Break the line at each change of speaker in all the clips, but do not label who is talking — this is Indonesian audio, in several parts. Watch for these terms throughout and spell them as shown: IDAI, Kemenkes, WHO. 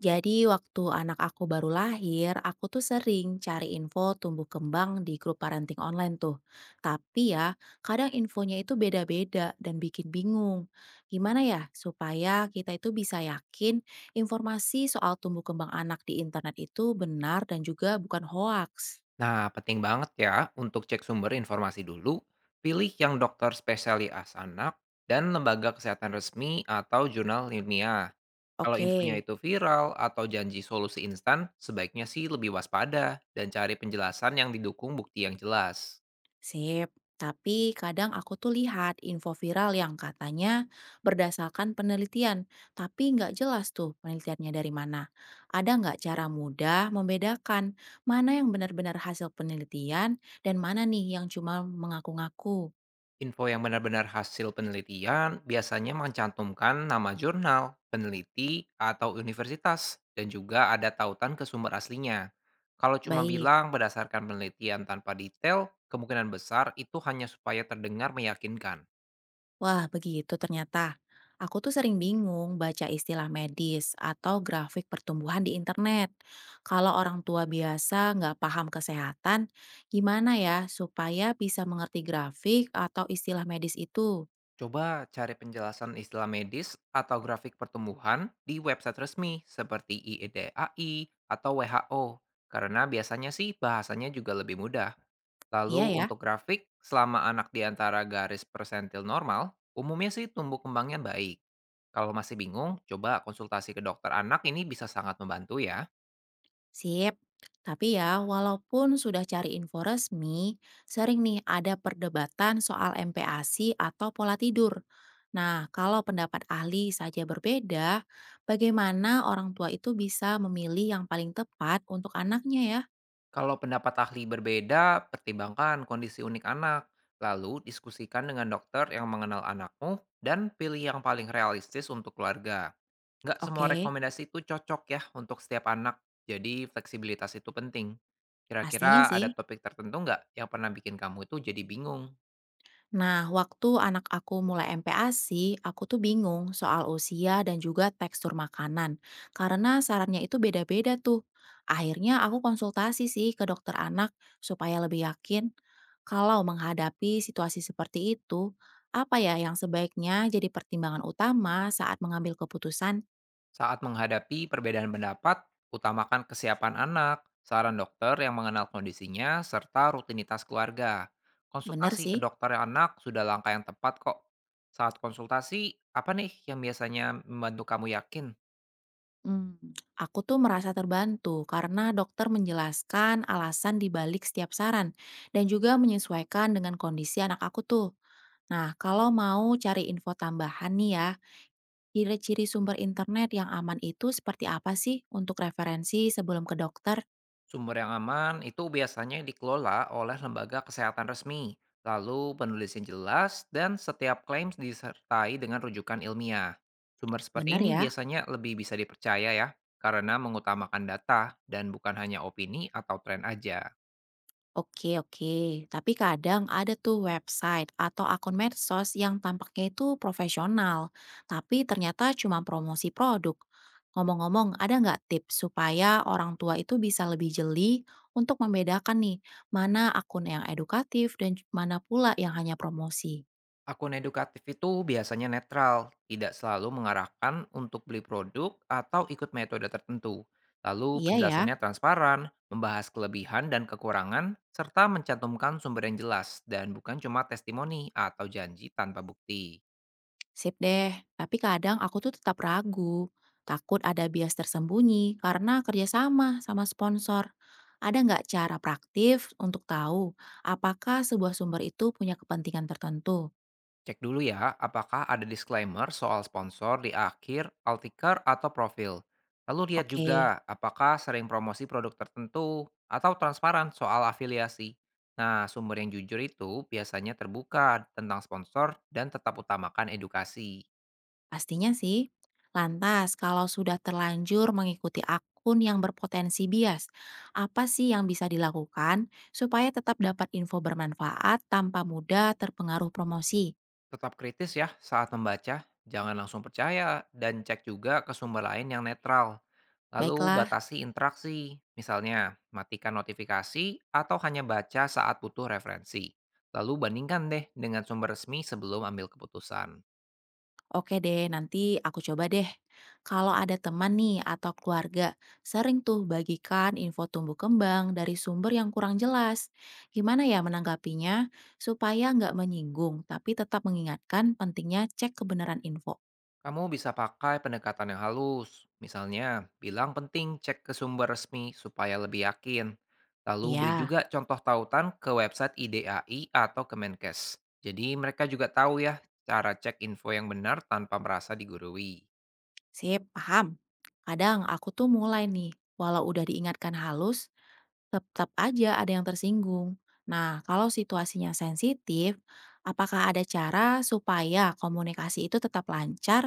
Jadi waktu anak aku baru lahir, aku tuh sering cari info tumbuh kembang di grup parenting online tuh. Tapi ya, kadang infonya itu beda-beda dan bikin bingung. Gimana ya supaya kita itu bisa yakin informasi soal tumbuh kembang anak di internet itu benar dan juga bukan hoaks?
Nah, penting banget ya untuk cek sumber informasi dulu, pilih yang dokter spesialis anak dan lembaga kesehatan resmi atau jurnal ilmiah. Kalau
Oke.
infonya itu viral atau janji solusi instan, sebaiknya sih lebih waspada dan cari penjelasan yang didukung bukti yang jelas.
Sip, tapi kadang aku tuh lihat info viral yang katanya berdasarkan penelitian, tapi nggak jelas tuh penelitiannya dari mana. Ada nggak cara mudah membedakan mana yang benar-benar hasil penelitian dan mana nih yang cuma mengaku-ngaku?
Info yang benar-benar hasil penelitian biasanya mencantumkan nama jurnal, peneliti, atau universitas, dan juga ada tautan ke sumber aslinya. Kalau cuma
Baik.
bilang berdasarkan penelitian tanpa detail, kemungkinan besar itu hanya supaya terdengar meyakinkan.
Wah, begitu ternyata. Aku tuh sering bingung baca istilah medis atau grafik pertumbuhan di internet. Kalau orang tua biasa nggak paham kesehatan, gimana ya supaya bisa mengerti grafik atau istilah medis itu?
Coba cari penjelasan istilah medis atau grafik pertumbuhan di website resmi seperti IEDAI atau WHO, karena biasanya sih bahasanya juga lebih mudah.
Iya
Lalu
ya.
untuk grafik, selama anak di antara garis persentil normal, umumnya sih tumbuh kembangnya baik. Kalau masih bingung, coba konsultasi ke dokter anak ini bisa sangat membantu ya.
Sip. Tapi ya, walaupun sudah cari info resmi, sering nih ada perdebatan soal MPASI atau pola tidur. Nah, kalau pendapat ahli saja berbeda, bagaimana orang tua itu bisa memilih yang paling tepat untuk anaknya ya?
Kalau pendapat ahli berbeda, pertimbangkan kondisi unik anak, lalu diskusikan dengan dokter yang mengenal anakmu, dan pilih yang paling realistis untuk keluarga. Nggak semua
Oke,
rekomendasi itu cocok ya untuk setiap anak, jadi fleksibilitas itu penting.
pastinya
Kira-kira ada
sih.
topik tertentu nggak yang pernah bikin kamu itu jadi bingung?
Nah, waktu anak aku mulai MPASI, aku tuh bingung soal usia dan juga tekstur makanan. Karena sarannya itu beda-beda tuh. Akhirnya aku konsultasi sih ke dokter anak supaya lebih yakin. Kalau menghadapi situasi seperti itu, apa ya yang sebaiknya jadi pertimbangan utama saat mengambil keputusan?
Saat menghadapi perbedaan pendapat, utamakan kesiapan anak, saran dokter yang mengenal kondisinya, serta rutinitas keluarga.
Bener
Konsultasi ke
sih.
dokter anak sudah langkah yang tepat kok. Saat konsultasi, apa nih yang biasanya membantu kamu yakin?
Hmm, aku tuh merasa terbantu karena dokter menjelaskan alasan di balik setiap saran dan juga menyesuaikan dengan kondisi anak aku tuh. Nah, kalau mau cari info tambahan nih ya, ciri-ciri sumber internet yang aman itu seperti apa sih untuk referensi sebelum ke dokter?
Sumber yang aman itu biasanya dikelola oleh lembaga kesehatan resmi, lalu penulisnya jelas dan setiap klaim disertai dengan rujukan ilmiah. Sumber seperti
Bener
ini
ya?
biasanya lebih bisa dipercaya ya, karena mengutamakan data dan bukan hanya opini atau tren aja.
Oke, oke. Tapi kadang ada tuh website atau akun medsos yang tampaknya itu profesional, tapi ternyata cuma promosi produk. Ngomong-ngomong, ada nggak tips supaya orang tua itu bisa lebih jeli untuk membedakan nih, mana akun yang edukatif dan mana pula yang hanya promosi?
Akun edukatif itu biasanya netral, tidak selalu mengarahkan untuk beli produk atau ikut metode tertentu. Lalu
Iya ya.
penjelasannya transparan, membahas kelebihan dan kekurangan, serta mencantumkan sumber yang jelas dan bukan cuma testimoni atau janji tanpa bukti.
Sip deh, tapi kadang aku tuh tetap ragu. Takut ada bias tersembunyi karena kerjasama sama sponsor. Ada nggak cara praktif untuk tahu apakah sebuah sumber itu punya kepentingan tertentu?
Cek dulu ya, apakah ada disclaimer soal sponsor di akhir, altiker, atau profil. Lalu lihat
Oke,
juga apakah sering promosi produk tertentu atau transparan soal afiliasi. Nah, sumber yang jujur itu biasanya terbuka tentang sponsor dan tetap utamakan edukasi.
pastinya sih. Lantas, kalau sudah terlanjur mengikuti akun yang berpotensi bias, apa sih yang bisa dilakukan supaya tetap dapat info bermanfaat tanpa mudah terpengaruh promosi?
Tetap kritis ya saat membaca, jangan langsung percaya dan cek juga ke sumber lain yang netral. Lalu
Baiklah.
batasi interaksi, misalnya matikan notifikasi atau hanya baca saat butuh referensi. Lalu bandingkan deh dengan sumber resmi sebelum ambil keputusan.
Oke deh, nanti aku coba deh. Kalau ada teman nih atau keluarga, sering tuh bagikan info tumbuh kembang dari sumber yang kurang jelas. Gimana ya menanggapinya supaya nggak menyinggung, tapi tetap mengingatkan pentingnya cek kebenaran info.
Kamu bisa pakai pendekatan yang halus, misalnya bilang penting cek ke sumber resmi supaya lebih yakin. Lalu beri
Iya,
juga contoh tautan ke website IDAI atau Kemenkes. Jadi mereka juga tahu ya cara cek info yang benar tanpa merasa digurui.
sip, paham. Kadang aku tuh mulai nih, walau udah diingatkan halus, tetap aja ada yang tersinggung. Nah, kalau situasinya sensitif, apakah ada cara supaya komunikasi itu tetap lancar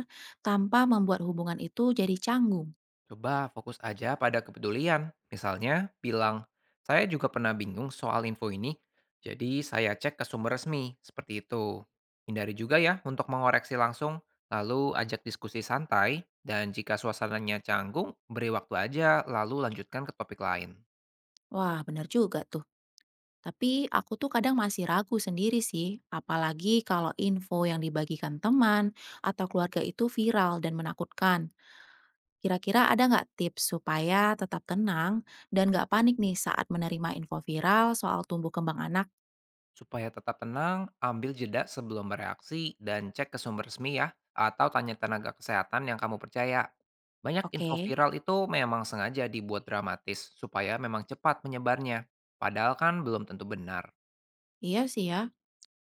tanpa membuat hubungan itu jadi canggung?
Coba fokus aja pada kepedulian. Misalnya, bilang, saya juga pernah bingung soal info ini, jadi saya cek ke sumber resmi, seperti itu. Hindari juga ya untuk mengoreksi langsung, lalu ajak diskusi santai, dan jika suasananya canggung, beri waktu aja, lalu lanjutkan ke topik lain.
Wah, bener juga tuh. Tapi aku tuh kadang masih ragu sendiri sih, apalagi kalau info yang dibagikan teman atau keluarga itu viral dan menakutkan. Kira-kira ada nggak tips supaya tetap tenang dan nggak panik nih saat menerima info viral soal tumbuh kembang anak?
Supaya tetap tenang, ambil jeda sebelum bereaksi dan cek ke sumber resmi ya, atau tanya tenaga kesehatan yang kamu percaya. Banyak info
Oke,
viral itu memang sengaja dibuat dramatis supaya memang cepat menyebarnya, padahal kan belum tentu benar.
iya sih ya.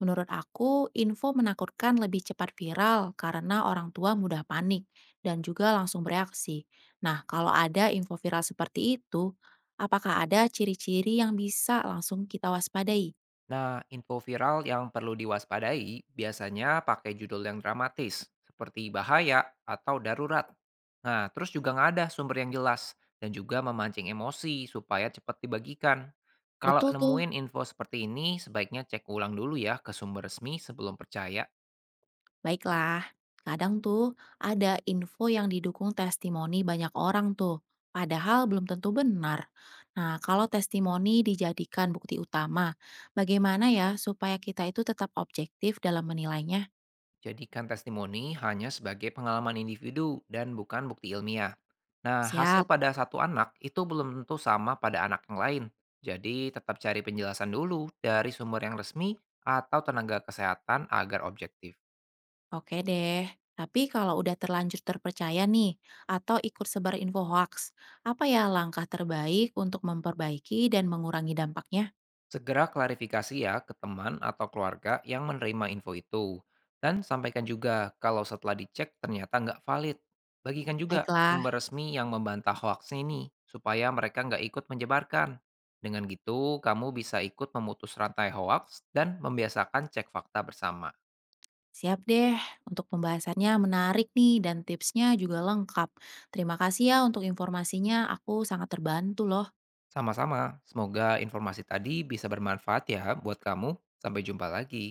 Menurut aku, info menakutkan lebih cepat viral karena orang tua mudah panik dan juga langsung bereaksi. Nah, kalau ada info viral seperti itu, apakah ada ciri-ciri yang bisa langsung kita waspadai?
Nah, info viral yang perlu diwaspadai biasanya pakai judul yang dramatis, seperti bahaya atau darurat. Nah, terus juga nggak ada sumber yang jelas, dan juga memancing emosi supaya cepat dibagikan. Kalau
Betul tuh,
nemuin info seperti ini, sebaiknya cek ulang dulu ya ke sumber resmi sebelum percaya.
baiklah. Kadang tuh ada info yang didukung testimoni banyak orang tuh, padahal belum tentu benar. Nah, kalau testimoni dijadikan bukti utama, bagaimana ya supaya kita itu tetap objektif dalam menilainya?
Jadikan testimoni hanya sebagai pengalaman individu dan bukan bukti ilmiah. Nah, hasil
Siap.
pada satu anak itu belum tentu sama pada anak yang lain. Jadi, tetap cari penjelasan dulu dari sumber yang resmi atau tenaga kesehatan agar objektif.
Oke deh, tapi kalau udah terlanjur terpercaya nih, atau ikut sebar info hoax, apa ya langkah terbaik untuk memperbaiki dan mengurangi dampaknya?
Segera klarifikasi ya ke teman atau keluarga yang menerima info itu. Dan sampaikan juga kalau setelah dicek ternyata nggak valid. Bagikan juga
Baiklah,
sumber resmi yang membantah hoaks ini supaya mereka nggak ikut menyebarkan. Dengan gitu, kamu bisa ikut memutus rantai hoaks dan membiasakan cek fakta bersama.
siap deh. Untuk pembahasannya menarik nih dan tipsnya juga lengkap. Terima kasih ya untuk informasinya, aku sangat terbantu loh.
Sama-sama, semoga informasi tadi bisa bermanfaat ya buat kamu. Sampai jumpa lagi.